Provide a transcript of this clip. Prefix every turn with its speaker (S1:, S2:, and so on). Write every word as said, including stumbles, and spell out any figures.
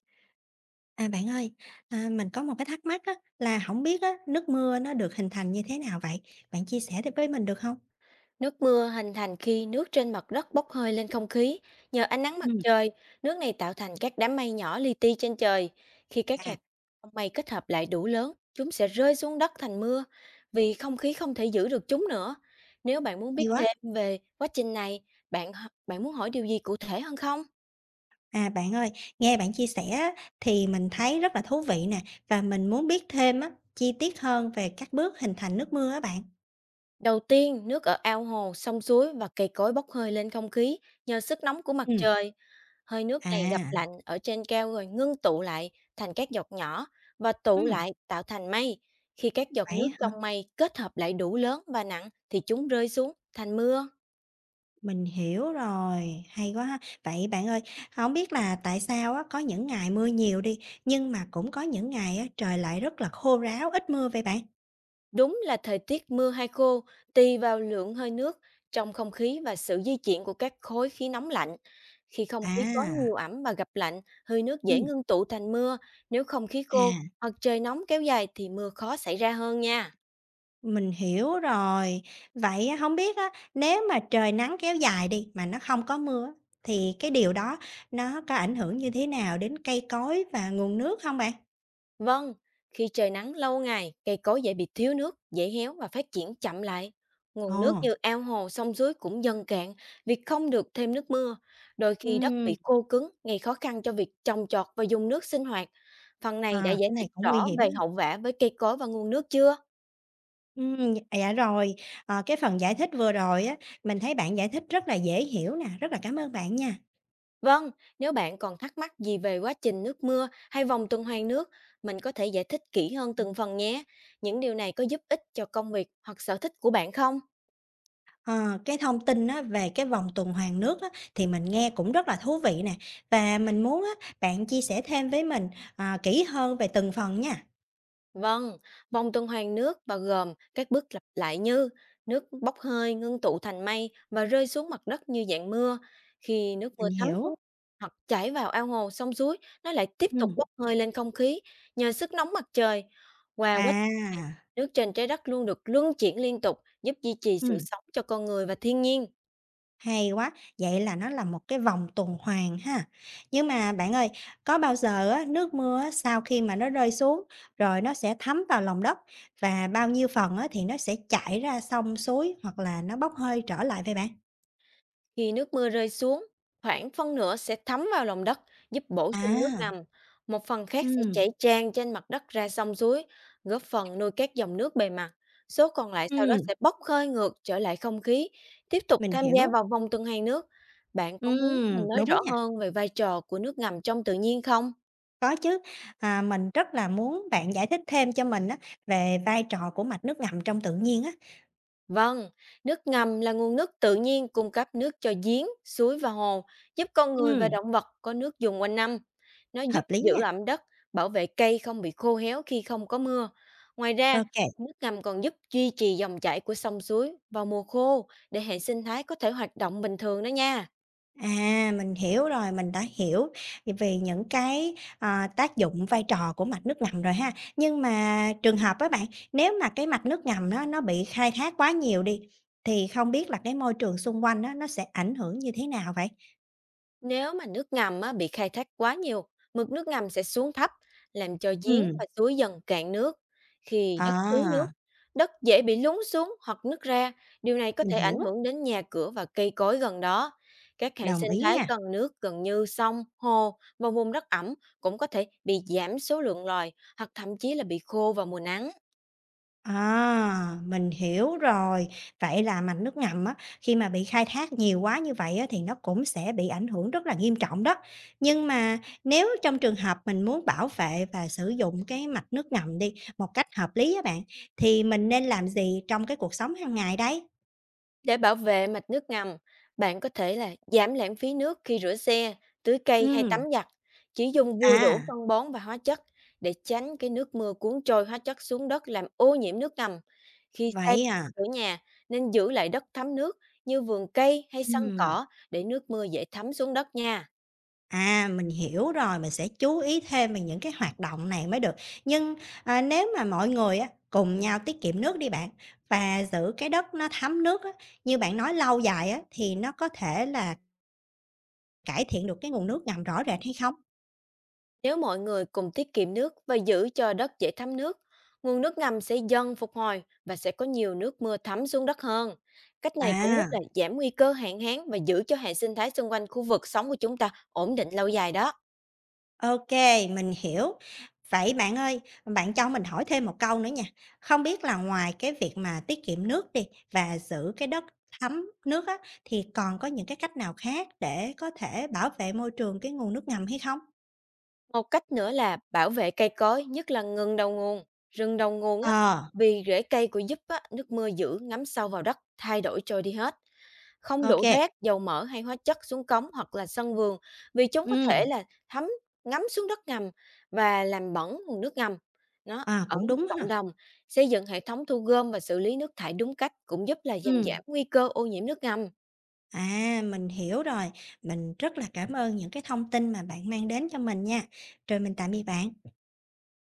S1: À, bạn ơi, à, mình có một cái thắc mắc á, là không biết á, nước mưa nó được hình thành như thế nào vậy? Bạn chia sẻ được với mình được không?
S2: Nước mưa hình thành khi nước trên mặt đất bốc hơi lên không khí. Nhờ ánh nắng mặt
S1: Ừm.
S2: trời, nước này tạo thành các đám mây nhỏ li ti trên trời. Khi các
S1: À,
S2: hạt trong mây kết hợp lại đủ lớn, chúng sẽ rơi xuống đất thành mưa vì không khí không thể giữ được chúng nữa. Nếu bạn muốn
S1: hay
S2: biết
S1: quá!
S2: thêm về quá trình này, bạn h- bạn muốn hỏi điều gì cụ thể hơn không?
S1: À, bạn ơi, nghe bạn chia sẻ á, thì mình thấy rất là thú vị nè, và mình muốn biết thêm á, chi tiết hơn về các bước hình thành nước mưa á bạn.
S2: Đầu tiên, nước ở ao hồ, sông suối và cây cối bốc hơi lên không khí nhờ sức nóng của mặt
S1: Ừm.
S2: trời. Hơi nước này gặp
S1: À,
S2: lạnh ở trên cao rồi ngưng tụ lại thành các giọt nhỏ và tụ
S1: ừm.
S2: lại tạo thành mây. Khi các giọt
S1: Vậy
S2: nước
S1: hả?
S2: trong mây kết hợp lại đủ lớn và nặng thì chúng rơi xuống thành mưa.
S1: Mình hiểu rồi, hay quá ha! Vậy bạn ơi, không biết là tại sao á, có những ngày mưa nhiều đi, nhưng mà cũng có những ngày á, trời lại rất là khô ráo, ít mưa vậy bạn?
S2: Đúng là thời tiết mưa hay khô tùy vào lượng hơi nước trong không khí và sự di chuyển của các khối khí nóng lạnh. Khi không khí có
S1: À,
S2: nhiều ẩm và gặp lạnh, hơi nước dễ
S1: ừm,
S2: ngưng tụ thành mưa. Nếu không khí
S1: à,
S2: khô hoặc trời nóng kéo dài thì mưa khó xảy ra hơn nha.
S1: mình hiểu rồi. Vậy á, hông biết á, nếu mà trời nắng kéo dài đi, mà nó không có mưa á, thì cái điều đó nó có ảnh hưởng như thế nào đến cây cối và nguồn nước không bạn?
S2: Vâng, khi trời nắng lâu ngày, cây cối dễ bị thiếu nước, dễ héo và phát triển chậm lại. Nguồn nước
S1: Ồ,
S2: như ao hồ, sông suối cũng dần cạn vì không được thêm nước mưa. Đôi khi đất
S1: ừm,
S2: bị khô cứng, gây khó khăn cho việc trồng trọt và dùng nước sinh hoạt. Phần này đã
S1: à,
S2: giải
S1: cái
S2: thích
S1: này cũng nguy
S2: rõ
S1: hiểm
S2: về
S1: ha.
S2: hậu vả với cây cối và nguồn nước chưa?
S1: Ừm, dạ rồi, ờ, cái phần giải thích vừa rồi á, mình thấy bạn giải thích rất là dễ hiểu nè, rất là cảm ơn bạn nha.
S2: Vâng, nếu bạn còn thắc mắc gì về quá trình nước mưa hay vòng tuần hoàn nước, mình có thể giải thích kỹ hơn từng phần nhé. Những điều này có giúp ích cho công việc hoặc sở thích của bạn không?
S1: Ờ, cái thông tin á, về cái vòng tuần hoàn nước á, thì mình nghe cũng rất là thú vị nè, và mình muốn á, bạn chia sẻ thêm với mình, à, kỹ hơn về từng phần nha.
S2: Vâng, vòng tuần hoàn nước và gồm các bước lặp lại như nước bốc hơi ngưng tụ thành mây và rơi xuống mặt đất như dạng mưa. Khi nước
S1: Mình
S2: mưa thấm xuống
S1: hiểu.
S2: hoặc chảy vào ao hồ, sông suối, nó lại tiếp tục
S1: Ừm,
S2: bốc hơi lên không khí nhờ sức nóng mặt trời. Qua quá trình này,
S1: à,
S2: nước trên trái đất luôn được luân chuyển liên tục giúp duy trì sự
S1: ừm,
S2: sống cho con người và thiên nhiên.
S1: hay quá, vậy là nó là một cái vòng tuần hoàn ha. Nhưng mà bạn ơi, có bao giờ á, nước mưa á, sau khi mà nó rơi xuống rồi nó sẽ thấm vào lòng đất và bao nhiêu phần á, thì nó sẽ chảy ra sông suối hoặc là nó bốc hơi trở lại vậy bạn?
S2: Khi nước mưa rơi xuống, khoảng phân nửa sẽ thấm vào lòng đất, giúp bổ sung nước
S1: À,
S2: ngầm. Một phần khác sẽ chảy
S1: ừm,
S2: tràn trên mặt đất ra sông suối, góp phần nuôi các dòng nước bề mặt. Số còn lại sau đó
S1: ừm,
S2: sẽ bốc hơi ngược trở lại không khí, tiếp tục
S1: mình
S2: tham gia
S1: hiểu.
S2: vào vòng tuần hoàn nước. Bạn có muốn
S1: Ừm,
S2: mình nói
S1: đúng
S2: rõ
S1: nha,
S2: hơn về vai trò của nước ngầm trong tự nhiên không?
S1: có chứ. À, mình rất là muốn bạn giải thích thêm cho mình á về vai trò của mạch nước ngầm trong tự nhiên á.
S2: Vâng, nước ngầm là nguồn nước tự nhiên cung cấp nước cho giếng, suối và hồ, giúp con người
S1: Ừm,
S2: và động vật có nước dùng quanh năm. Nó
S1: hợp
S2: giúp
S1: lý
S2: giữ
S1: nha.
S2: ẩm đất, bảo vệ cây không bị khô héo khi không có mưa. Ngoài ra,
S1: OK.
S2: nước ngầm còn giúp duy trì dòng chảy của sông suối vào mùa khô để hệ sinh thái có thể hoạt động bình thường đó nha.
S1: À, mình hiểu rồi, mình đã hiểu về những cái, ờ, tác dụng, vai trò của mạch nước ngầm rồi ha. Nhưng mà trường hợp á bạn, nếu mà cái mạch nước ngầm nó nó bị khai thác quá nhiều đi, thì không biết là cái môi trường xung quanh á, nó sẽ ảnh hưởng như thế nào vậy?
S2: Nếu mà nước ngầm á, bị khai thác quá nhiều, mực nước ngầm sẽ xuống thấp, làm cho giếng
S1: Ừm,
S2: và suối dần cạn nước. Khi đất thiếu nước,
S1: à,
S2: đất dễ bị lún xuống hoặc nứt ra. Điều này có
S1: mình
S2: thể
S1: hiểu,
S2: ảnh hưởng đến nhà cửa và cây cối gần đó. Các hệ
S1: đồng
S2: sinh
S1: ý
S2: thái
S1: nha.
S2: cần nước gần như sông, hồ và vùng đất ẩm cũng có thể bị giảm số lượng loài hoặc thậm chí là bị khô vào mùa nắng.
S1: À, mình hiểu rồi. Vậy là mạch nước ngầm á, khi mà bị khai thác nhiều quá như vậy á, thì nó cũng sẽ bị ảnh hưởng rất là nghiêm trọng đó. Nhưng mà nếu trong trường hợp mình muốn bảo vệ và sử dụng cái mạch nước ngầm đi một cách hợp lý á bạn, thì mình nên làm gì trong cái cuộc sống hàng ngày đấy?
S2: Để bảo vệ mạch nước ngầm, bạn có thể là giảm lãng phí nước khi rửa xe, tưới cây hay
S1: Ừ.
S2: tắm giặt. Chỉ dùng vừa đủ
S1: À,
S2: phân bón và hóa chất để tránh cái nước mưa cuốn trôi hóa chất xuống đất làm ô nhiễm nước ngầm. Khi xây
S1: vậy à.
S2: ở nhà nên giữ lại đất thấm nước như vườn cây hay
S1: Ừ.
S2: sân cỏ để nước mưa dễ thấm xuống đất nha.
S1: À, mình hiểu rồi, mình sẽ chú ý thêm về những cái hoạt động này mới được. Nhưng, à, nếu mà mọi người á, cùng nhau tiết kiệm nước đi bạn, và giữ cái đất nó thấm nước á, như bạn nói lâu dài á, thì nó có thể là cải thiện được cái nguồn nước ngầm rõ rệt hay không?
S2: Nếu mọi người cùng tiết kiệm nước và giữ cho đất dễ thấm nước, nguồn nước ngầm sẽ dần phục hồi và sẽ có nhiều nước mưa thấm xuống đất hơn. Cách này cũng giúp là
S1: À.
S2: giảm nguy cơ hạn hán và giữ cho hệ sinh thái xung quanh khu vực sống của chúng ta ổn định lâu dài đó.
S1: OK, mình hiểu. Vậy bạn ơi, bạn cho mình hỏi thêm một câu nữa nha. Không biết là ngoài cái việc mà tiết kiệm nước đi và giữ cái đất thấm nước á, thì còn có những cái cách nào khác để có thể bảo vệ môi trường cái nguồn nước ngầm hay không?
S2: Một cách nữa là bảo vệ cây cối, nhất là ngừng đầu nguồn, rừng đầu nguồn á,
S1: Ờ,
S2: vì rễ cây của giúp á, nước mưa giữ ngấm sâu vào đất, thay đổi trôi đi hết. Không đổ
S1: OK.
S2: rác, dầu mỡ hay hóa chất xuống cống hoặc là sân vườn vì chúng có
S1: Ừ,
S2: thể là thấm ngấm xuống đất ngầm và làm bẩn nguồn nước ngầm. Nó
S1: à,
S2: ở
S1: cũng
S2: mức
S1: đúng ha.
S2: cộng đồng, xây dựng hệ thống thu gom và xử lý nước thải đúng cách cũng giúp là giảm
S1: Ừ.
S2: giảm nguy cơ ô nhiễm nước ngầm.
S1: À, mình hiểu rồi. Mình rất là cảm ơn những cái thông tin mà bạn mang đến cho mình nha. Rồi mình tạm biệt bạn.